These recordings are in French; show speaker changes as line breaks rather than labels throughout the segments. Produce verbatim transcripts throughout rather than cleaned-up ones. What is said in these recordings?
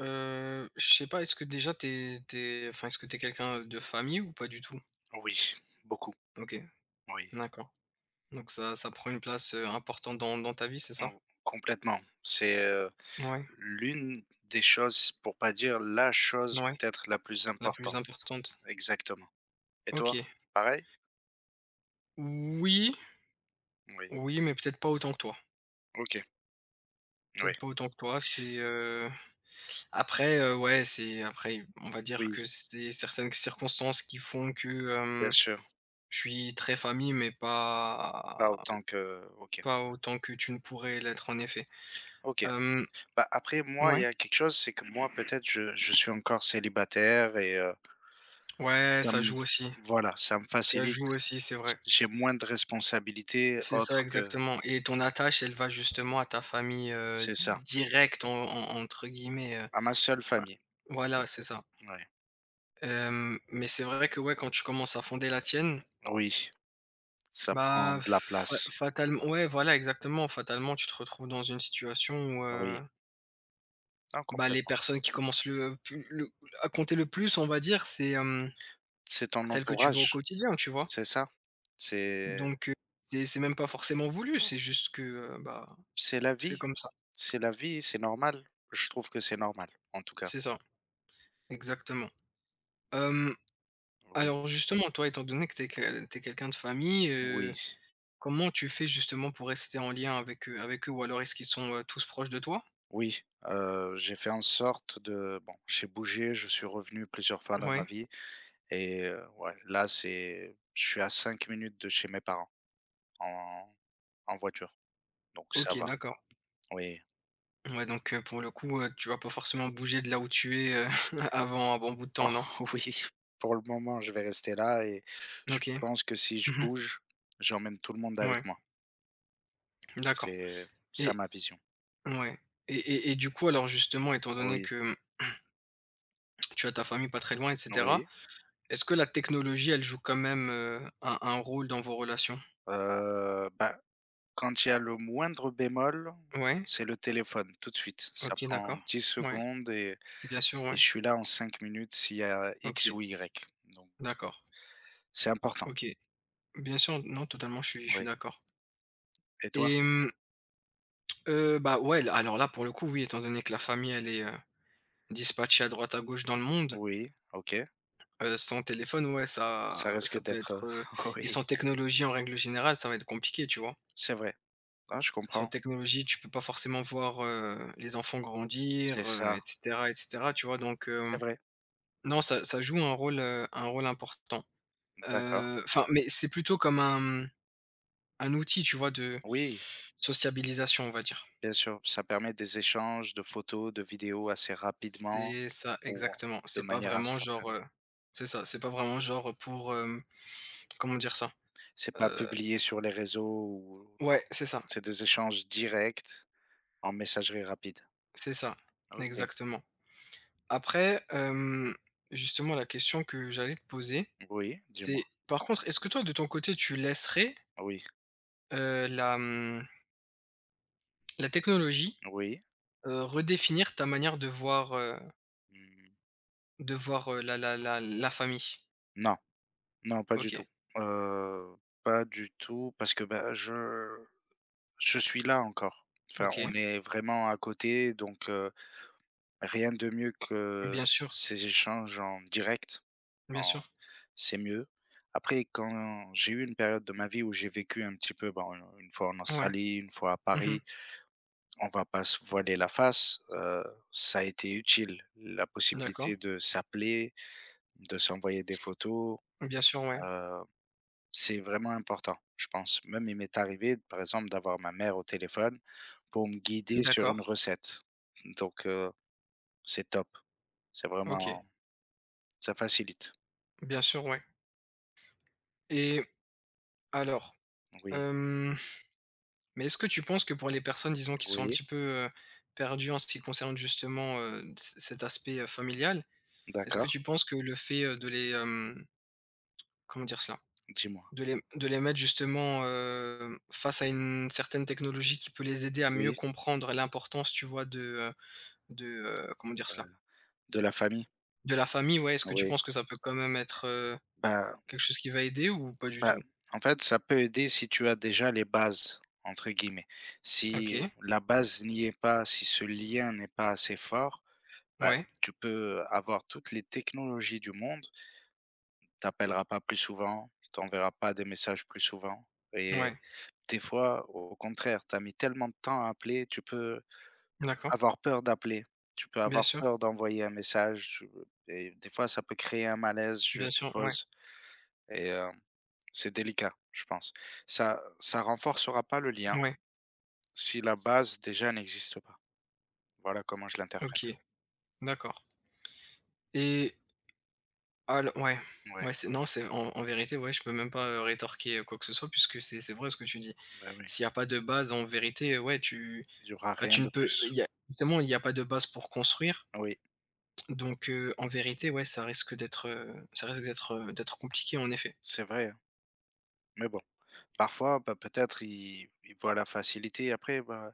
Heu, je sais pas, est-ce que déjà t'es, es enfin, est-ce que t'es quelqu'un de famille ou pas du tout?
Oui, beaucoup,
OK,
oui.
d'accord. Donc ça ça prend une place, heu, importante dans dans ta vie, c'est ça?
Non, complètement. C'est, heu,
Ouais,
l'une des choses, pour pas dire la chose
ouais,
peut-être la plus
la plus
importante.
importante.
Exactement. Et toi?
OK.
Pareil?
Oui,
Oui.
oui, mais peut-être pas autant que toi.
OK. Oui.
Peut-être pas autant que toi, c'est, heu, après, heu, ouais, c'est après, on va dire
Oui,
que c'est certaines circonstances qui font que,
bien
hem,
sûr.
je suis très famille, mais pas
Pas autant que OK.
pas autant que tu ne pourrais l'être en effet.
OK.
Hem,
Bah, après moi, il y
ouais,
a quelque chose, c'est que moi peut-être je je suis encore célibataire et heu,
ouais,
ça
ça
me
joue aussi.
voilà, ça me
Ça
facilite.
joue aussi, c'est vrai.
J'ai moins de responsabilités
C'est ça
autres que
exactement et ton attache, elle va justement à ta famille, heu,
c'est ça,
«directe» en en entre guillemets, heu,
à ma seule
enfin
famille.
voilà, c'est ça.
Ouais.
Hem, mais c'est vrai que ouais, quand tu commences à fonder la tienne,
Oui. Ça prend
bah,
de la
fa
place,
fatalement ouais, voilà exactement, fatalement, tu te retrouves dans une situation où,
oui.
heu,
Non,
bah, les
complètement.
personnes qui commencent le plus le à compter le plus, on va dire, c'est, hem,
C'est ton
celles que tu vois au
entourage,
quotidien, tu vois?
c'est ça. C'est
Donc, heu, c'est c'est même pas forcément voulu, c'est juste que, heu, bah,
c'est la
c'est
vie,
comme ça.
c'est la vie, c'est normal. Je trouve que c'est normal, en tout cas.
C'est ça. Exactement. Hem,
Oui,
alors justement, toi, étant donné que tu es quelqu'un de famille, heu,
oui,
comment tu fais justement pour rester en lien avec, eux, avec eux? Ou alors est-ce qu'ils sont, heu, tous proches de toi?
oui. Heu, j'ai fait en sorte de bon, j'ai bougé, je suis revenu plusieurs fois dans ma
Ouais,
vie et heu, ouais, là, c'est je suis à cinq minutes de chez mes parents, en en voiture, donc ça
OK,
va.
d'accord.
Oui.
Ouais, donc, heu, pour le coup, heu, tu vas pas forcément bouger de là où tu es, heu, avant un bon bout de temps, non?
Oh oui, pour le moment, je vais rester là et je
OK.
pense que si je
Mmh.
bouge, j'emmène tout le monde
Ouais,
avec moi.
d'accord
C'est ça
et
ma vision.
ouais et et et du coup, alors justement, étant donné
Oui,
que, mmh, tu as ta famille pas très loin et cetera,
oui.
est-ce que la technologie, elle joue quand même, heu, un un rôle dans vos relations?
Heu, bah, quand il y a le moindre bémol,
Ouais,
c'est le téléphone, tout de suite. Ça
OK,
prend
d'accord.
dix
Ouais.
secondes et
Bien sûr, ouais.
et je suis là en cinq minutes s'il y a
OK,
X ou Y. Donc, heu,
d'accord.
c'est important,
OK. Bien sûr, non, totalement, je suis je suis
oui.
d'accord.
Et toi?
Et mmh, heu, bah, ouais, là alors là, pour le coup, oui, étant donné que la famille, elle est, heu, dispatchée à droite à gauche dans le monde,
Oui, OK.
heu, sans téléphone, ouais, ça
Ça risque
ça peut
d'être, heu
être, heu et
oui,
sans technologie, en règle générale, ça va être compliqué, tu vois?
c'est vrai. Ah, je
Sans
comprends.
technologie, tu peux pas forcément voir, heu, les enfants
C'est
grandir, heu
ça,
et cetera et cetera, tu vois? Donc hem,
c'est vrai.
non, ça ça joue un rôle, heu, un rôle important.
D'accord.
Euh, enfin, mais c'est plutôt comme un, mmh, Un outil, tu vois, de
Oui.
sociabilisation, on va dire.
Bien sûr, ça permet des échanges de photos, de vidéos assez rapidement
C'est ça,
ou
exactement.
de
C'est pas
manière
vraiment genre,
instantanée.
heu, c'est ça, c'est pas vraiment genre pour, hem, comment dire ça?
C'est pas
Heu,
publié sur les réseaux ou non.
ouais, c'est ça,
C'est des échanges directs en messagerie rapide.
c'est ça,
OK.
exactement. Après, hem, justement, la question que j'allais te poser,
Oui, dis-moi.
c'est par contre, est-ce que toi, de ton côté, tu laisserais,
Oui,
heu, la, mmh, la technologie,
oui.
heu, redéfinir ta manière de voir, heu,
Mmh,
de voir, heu, la la la la famille?
non, non, pas du
OK,
tout. Heu, pas du tout parce que, bah, je je suis là encore. Enfin,
OK.
on est vraiment à côté donc, heu, rien de mieux que
Bien
c
sûr,
ces échanges en direct.
bien sûr.
En C'est mieux. Après, quand j'ai eu une période de ma vie où j'ai vécu un petit peu, ben, une fois en
Ouais.
Australie, une fois à
Mmh.
Paris, on va pas se voiler la face, heu, ça a été utile. La
D'accord.
possibilité de s'appeler, de s'envoyer des photos,
Bien sûr, ouais.
heu, c'est vraiment important, je pense. Même il m'est arrivé, par exemple, d'avoir ma mère au téléphone pour me guider sur une
D'accord.
recette. Donc heu, c'est top. C'est
OK.
vraiment ça facilite.
Bien sûr, ouais. Et alors,
Oui.
hem, mais est-ce que tu penses que pour les personnes, disons, qui sont un
Oui,
petit peu, heu, perdues en ce qui concerne justement, heu, c cet aspect, heu, familial, est-ce que
d'accord,
tu penses que le fait, heu, de les, hem, comment dire cela?
dis-moi.
De les de les mettre justement, hem, face à une certaine technologie qui peut les aider à mieux
Oui,
comprendre l'importance, tu vois, de, heu de, heu, comment dire
ouais.
cela?
De la famille?
De la famille, ouais, est-ce que tu
Oui.
penses que ça peut quand même être, heu,
Bah
quelque chose qui va aider ou pas du
bah,
tout?
en fait, ça peut aider si tu as déjà «les bases» entre guillemets. Si
OK.
la base n'y est pas, si ce lien n'est pas assez fort, bah,
Ouais,
tu peux avoir toutes les technologies du monde, t'appelleras pas plus souvent, t'enverras pas des messages plus souvent et
ouais,
des fois, au contraire, tu as mis tellement de temps à appeler, tu peux
d'accord.
avoir peur d'appeler, tu peux
Bien
avoir
sûr,
peur d'envoyer un message, tu et des fois ça peut créer un malaise, je
bien sûr, ouais,
suppose. Et heu, c'est délicat, je pense. Ça ça renforcera pas le lien
ouais,
si la base déjà n'existe pas. Voilà comment je
OK,
l'interprète.
d'accord et alors, ouais,
Ouais,
ouais, c'est non, c'est en en vérité, ouais, je peux même pas, heu, rétorquer, heu, quoi que ce soit puisque c'est c'est vrai ce que tu dis.
bah, oui,
S'il y a pas de base, en vérité, heu, ouais, tu
il y aura
bah,
rien
tu ne
de
peux
plus.
il y a justement, il y a pas de base pour construire
Oui,
donc heu, en vérité, ouais, ça risque d'être, heu, ça risque d'être, heu, d'être compliqué en effet.
c'est vrai, hein, mais bon, parfois, bah, peut-être ils ils voient la facilité après, bah,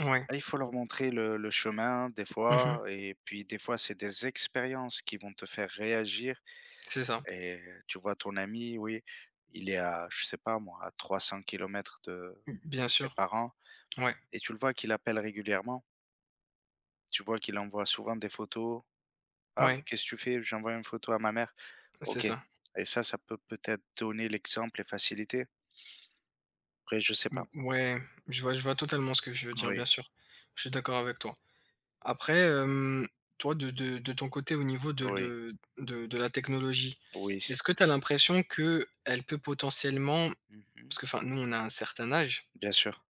Ouais.
ah, il faut leur montrer le le chemin des
Mmh.
fois et puis des fois, c'est des expériences qui vont te faire réagir
C'est ça.
et tu vois ton ami, oui, il est à, je sais pas moi, à trois cents kilomètres de
Bien
de ses
sûr.
parents.
Ouais,
Et tu le vois qu'il appelle régulièrement. Tu vois qu'il envoie souvent des photos. «Ah, mais
ouais,
qu'est-ce que tu fais?» «J'envoie une photo à ma mère».
c'est
OK,
ça.
et ça, ça peut peut-être donner l'exemple et faciliter. Après, je sais
M
pas.
Ouais, je vois je vois totalement ce que tu veux dire, bien
Oui,
sûr. Je suis d'accord avec toi. Après, hem, toi, de de de ton côté, au niveau de
oui,
de de de la technologie,
oui.
est-ce que tu as l'impression qu'elle peut potentiellement
Mmh,
parce que, enfin, nous, on a un certain âge,
bien sûr.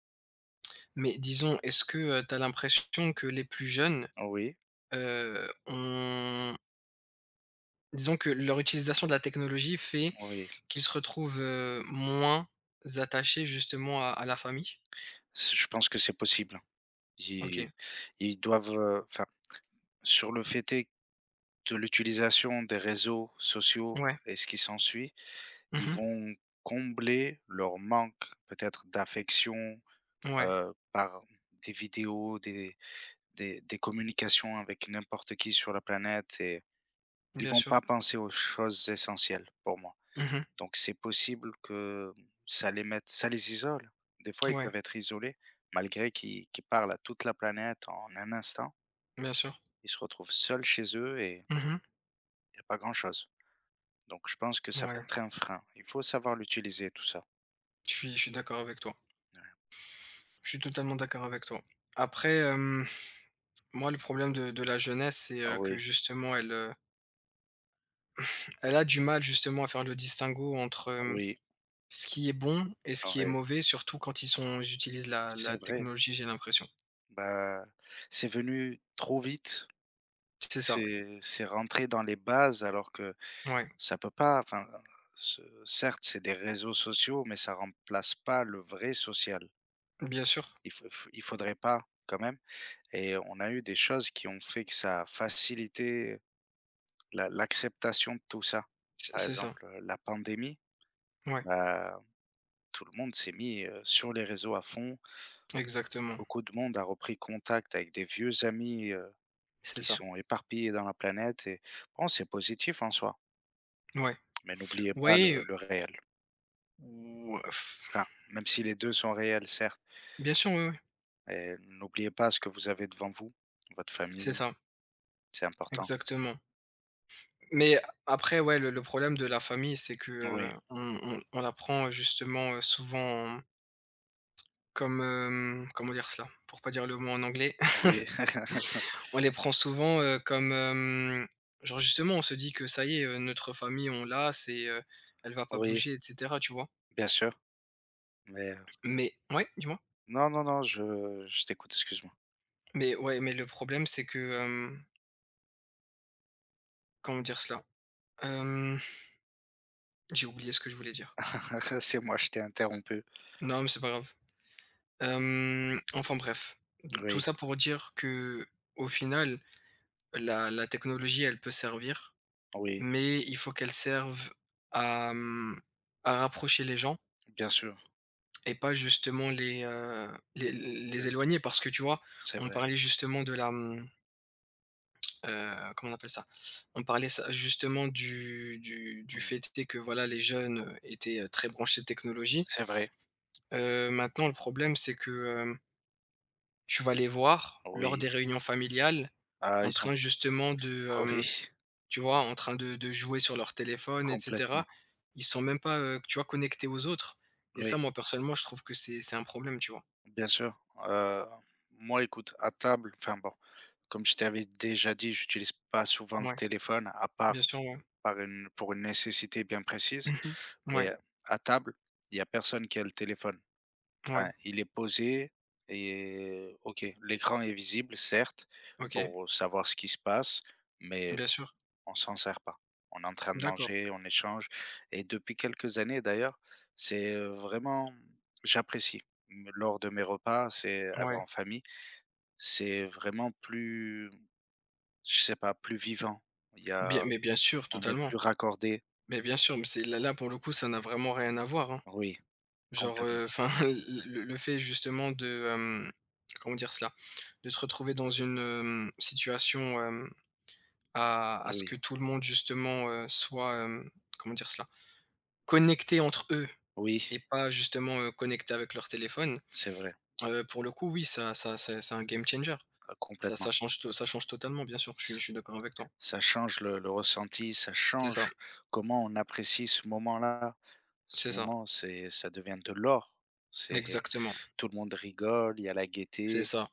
mais disons, est-ce que, heu, tu as l'impression que les plus jeunes,
Oui,
heu, ont disons que leur utilisation de la technologie fait
oui.
qu'ils se retrouvent, heu, moins attachés justement à à la famille?
C Je pense que c'est possible. Ils
OK.
ils doivent, heu, enfin, sur le fait est de l'utilisation des réseaux sociaux
Ouais.
et ce qui s'ensuit, ils
Mmh.
vont combler leur manque peut-être d'affection,
Ouais,
heu, par des vidéos, des des des communications avec n'importe qui sur la planète et ils
bien
vont
sûr.
pas penser aux choses essentielles pour moi.
Mmh.
Donc c'est possible que ça les mette ça les isole. Des fois, ils
Ouais,
peuvent être isolés malgré qu'ils qu'ils parlent à toute la planète en un instant.
bien sûr.
Ils se retrouvent seuls chez eux et
Mmh.
il y a pas grand-chose. Donc je pense que ça peut
Ouais,
être un frein. Il faut savoir l'utiliser tout ça.
je suis je suis d'accord avec toi. Je suis totalement d'accord avec toi. Après, hem, moi, le problème de de la jeunesse, c'est,
Ah,
heu, que
oui,
justement elle, heu, elle a du mal justement à faire le distinguo entre, hem,
oui,
ce qui est bon et ce qui est
oui,
mauvais, surtout quand ils sont ils utilisent la
c'est
la
vrai.
technologie, j'ai l'impression.
Bah, c'est venu trop vite.
C'est ça,
C'est c'est rentrer dans les bases alors que
ouais,
ça peut pas enfin, ce certes, c'est des réseaux sociaux, mais ça remplace pas le vrai social.
bien sûr,
Il faut faut il faudrait pas quand même, et on a eu des choses qui ont fait que ça a facilité la l'acceptation de tout ça.
c'est
Par
c'est ça.
exemple, heu, la pandémie,
Ouais,
bah, tout le monde s'est mis, heu, sur les réseaux à fond.
exactement,
Beaucoup de monde a repris contact avec des vieux amis, heu,
c'est
qui
ça.
sont éparpillés dans la planète et bon, c'est positif en soi,
Ouais.
mais n'oubliez pas
Oui,
le le réel.
ou pff,
Enfin, même si les deux sont réels, certes,
bien sûr, oui, oui,
et n'oubliez pas ce que vous avez devant vous, votre
c'est
famille,
ça,
c'est important.
exactement. Mais après, ouais, le le problème de la famille, c'est que, heu,
Oui,
on on on la prend justement, heu, souvent comme, hem, comment dire cela? Pour pas dire le mot en anglais.
oui,
On les prend souvent, heu, comme, hem, genre justement, on se dit que ça y est, heu, notre famille, on l'a, c'est, heu, elle va pas
oui,
bouger et cetera, tu vois?
bien sûr, mais heu,
Mais ouais, dis-moi?
non, non, non, je je t'écoute, excuse-moi.
Mais ouais, mais le problème, c'est que, hem, comment dire cela? Hem, j'ai oublié ce que je voulais dire.
C'est moi, je t'ai interrompu.
Non, mais c'est pas grave. Hem, enfin bref, tout
Oui,
ça pour dire que au final La la technologie, elle peut servir,
oui,
mais il faut qu'elle serve à, mmh, à rapprocher les gens
bien sûr,
et pas justement les, heu, les les
bien sûr,
éloigner parce que tu vois,
c'est
on
vrai.
parlait justement de la, mmh, heu, comment on appelle ça? On parlait ça justement du du du fait
Mmh.
était que voilà, les jeunes, étaient, heu, très branchés de technologie.
C'est vrai,
Heu, maintenant le problème, c'est que, hem, tu vas les voir lors
oui.
des réunions familiales
Ah,
en
ils sont
train justement de, euh,
oui,
tu vois, en train de de jouer sur leur téléphone et cetera.
complètement.
Ils sont même pas, heu, tu vois, connectés aux autres et ça,
Oui,
moi, personnellement, je trouve que c'est c'est un problème, tu vois?
bien sûr, heu, moi, écoute, à table, enfin bon, comme je t'avais déjà dit, j'utilise pas souvent le
Ouais,
téléphone à
bien
part
sûr, ouais.
par une pour une nécessité bien précise,
Mmh.
mais
Ouais,
heu, à table, il y a personne qui a le téléphone. Enfin,
ouais,
il est posé et OK, l'écran est visible, certes,
OK,
pour savoir ce qui se passe, mais
bien sûr.
on s'en sert pas. On est en train de
D'accord,
manger, on échange, et depuis quelques années d'ailleurs, c'est, heu, vraiment, j'apprécie. Mmh, lors de mes repas, c'est av
ouais.
en famille, c'est vraiment plus, je sais pas, plus vivant. Il y
Bien
a
mais bien sûr,
on est
totalement.
plus raccordé.
Mais bien sûr, mais c'est là là, pour le coup, ça n'a vraiment rien à voir, hein.
Oui,
Genre,
complètement.
enfin, le le fait justement de, hem, comment dire cela? De te retrouver dans une, hem, situation, hem, à à ce
Oui.
que tout le monde justement, heu, soit, hem, comment dire cela? Connectés entre eux
Oui,
et pas justement, heu, connectés avec leur téléphone,
c'est vrai,
heu, pour le coup, oui, ça ça c'est c'est un game changer.
heu,
Ça ça
complètement.
change to ça change totalement, bien sûr, je suis je
Ç
suis d'accord avec toi.
ça change le le ressenti, ça
C'est ça,
change comment on apprécie ce moment-là. Ce
c'est ça,
moment, c'est ça devient de l'or. C'est
exactement,
tout le monde rigole, il y a la
c'est
gaieté,
ça,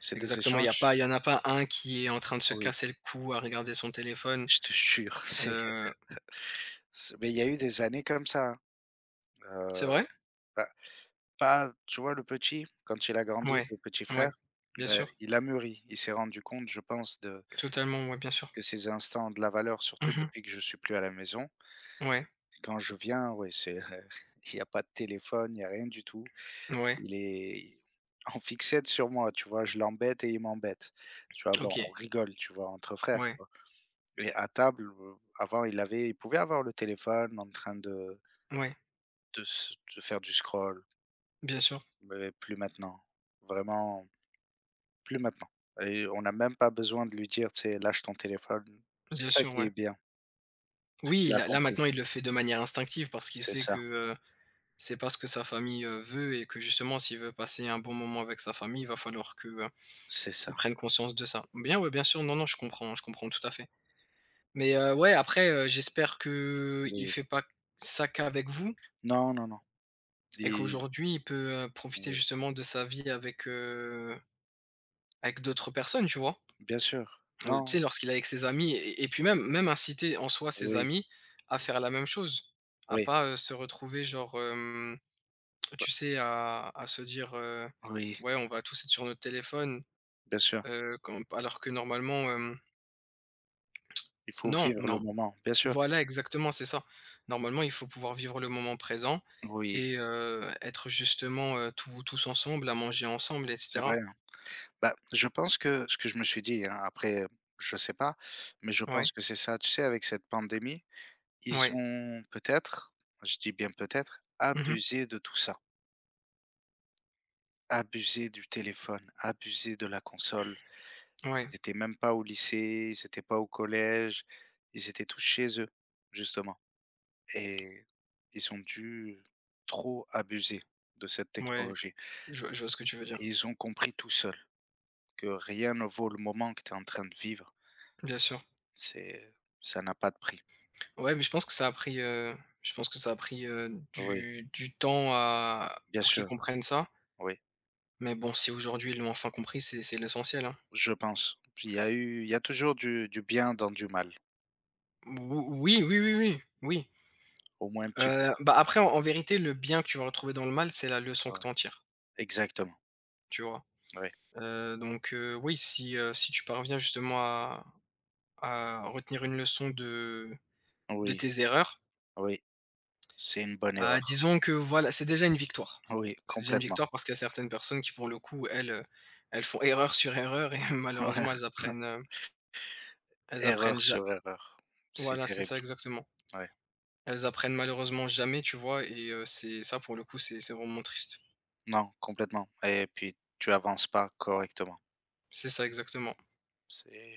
c'est des
exactement. Il y a
échanges,
pas il y en a pas un qui est en train de se
oui,
casser le cou à regarder son téléphone,
je te jure. c'est
heu
c'est Mais il y a eu des années comme ça, hein,
c'est
heu,
vrai?
bah, pas tu vois, le petit, quand il a grandi,
Ouais,
le petit frère,
ouais, bien
bah,
sûr,
il a mûri. Il s'est rendu compte, je pense, de
totalement, ouais, bien sûr.
que ces instants ont de la valeur, surtout
Mmh.
depuis que je suis plus à la maison.
Ouais,
Quand je viens, ouais, c'est il y a pas de téléphone, il y a rien du tout.
ouais,
Il est en fixette sur moi, tu vois? Je l'embête et il m'embête. Tu vois? Bon,
OK,
on rigole, tu vois? Entre frères,
ouais,
quoi, et à table, heu, avant, il avait il pouvait avoir le téléphone en train de
ouais,
de s de faire du scroll,
bien sûr,
mais plus maintenant. Vraiment, plus maintenant, et on n'a même pas besoin de lui dire: «Tu sais, lâche ton téléphone». C'est
bien
ça
sûr,
qui est
ouais.
bien, c'est
Oui,
qu'il a
là là,
compris.
maintenant, il le fait de manière instinctive parce qu'il
C'est
sait que,
ça,
heu C'est parce que sa famille, heu, veut et que justement s'il veut passer un bon moment avec sa famille, il va falloir que, heu,
c'est ça.
il prenne conscience de ça. Bien, ouais, bien sûr, non, non, je comprends, je comprends tout à fait. Mais, heu, ouais, après, heu, j'espère que il
Oui.
fait pas ça qu'avec vous
Non, non, non.
et
Il
qu'aujourd'hui il peut, heu, profiter
Oui.
justement de sa vie avec, heu, avec d'autres personnes, tu vois?
Bien sûr.
Heu, tu sais,
Non.
lorsqu'il est avec ses amis et et puis même même inciter en soi ses
Oui,
amis à faire la même chose, à
oui,
pas, heu, se retrouver genre, hem tu sais, à, à se dire, euh,
oui,
ouais, on va tous être sur notre téléphone,
bien sûr.
euh, quand- alors que normalement, euh,
Il faut
non,
vivre le
non,
moment, bien sûr.
voilà, exactement, c'est ça. Normalement, il faut pouvoir vivre le moment présent
Oui,
et euh, être justement euh, tout- tous ensemble, à manger ensemble,
c'est vrai,
et cetera.
hein. Bah, je pense que ce que je me suis dit, hein, après, je sais pas, mais je
Ouais,
pense que c'est ça. Tu sais, avec cette pandémie, ils
ouais,
ont peut-être, je dis bien peut-être,
mhm,
abusé de tout ça. Abusé du téléphone, abusé de la console.
ouais,
Ils étaient même pas au lycée, ils étaient pas au collège, ils étaient tous chez eux, justement. Et ils ont dû trop abuser de cette
ouais,
technologie
je, vois je vois ce que tu veux
et
dire,
ils ont compris tout seuls que rien ne vaut le moment que tu es en train de vivre.
bien sûr.
C'est Ça n'a pas de prix.
Ouais, mais je pense que ça a pris, euh, je pense que ça a pris euh,
Oui,
du, du temps à,
bien
pour qu'ils
sûr,
comprennent ça.
oui,
Mais bon, si aujourd'hui ils l'ont enfin compris, c'est c'est l'essentiel, hein.
je pense. il y a eu il y a toujours du du bien dans du mal,
Ou Oui, oui, oui, oui, oui.
au moins un petit peu.
Heu, bah, après en en vérité, le bien que tu vas retrouver dans le mal, c'est la leçon
Ah,
que
ouais,
tu en tires,
exactement,
tu vois?
oui.
Heu, donc heu, oui, si, heu, si tu parviens justement à à retenir une leçon de de
Oui,
tes erreurs,
oui, c'est une bonne
bah,
erreur.
disons que voilà, c'est déjà une victoire.
Oui,
C'est déjà une
complètement.
victoire parce qu'il y a certaines personnes qui pour le coup, elles, heu, elles font erreur sur erreur et
Ouais.
malheureusement elles apprennent, heu, elles
Erreur
apprennent ja
sur erreur. C'est
voilà, c'est ça
terrible,
exactement.
ouais.
Elles apprennent malheureusement jamais, tu vois? Et heu, c'est ça pour le coup, c'est c'est vraiment triste.
Non, complètement, et puis tu avances pas correctement.
C'est ça exactement.
C'est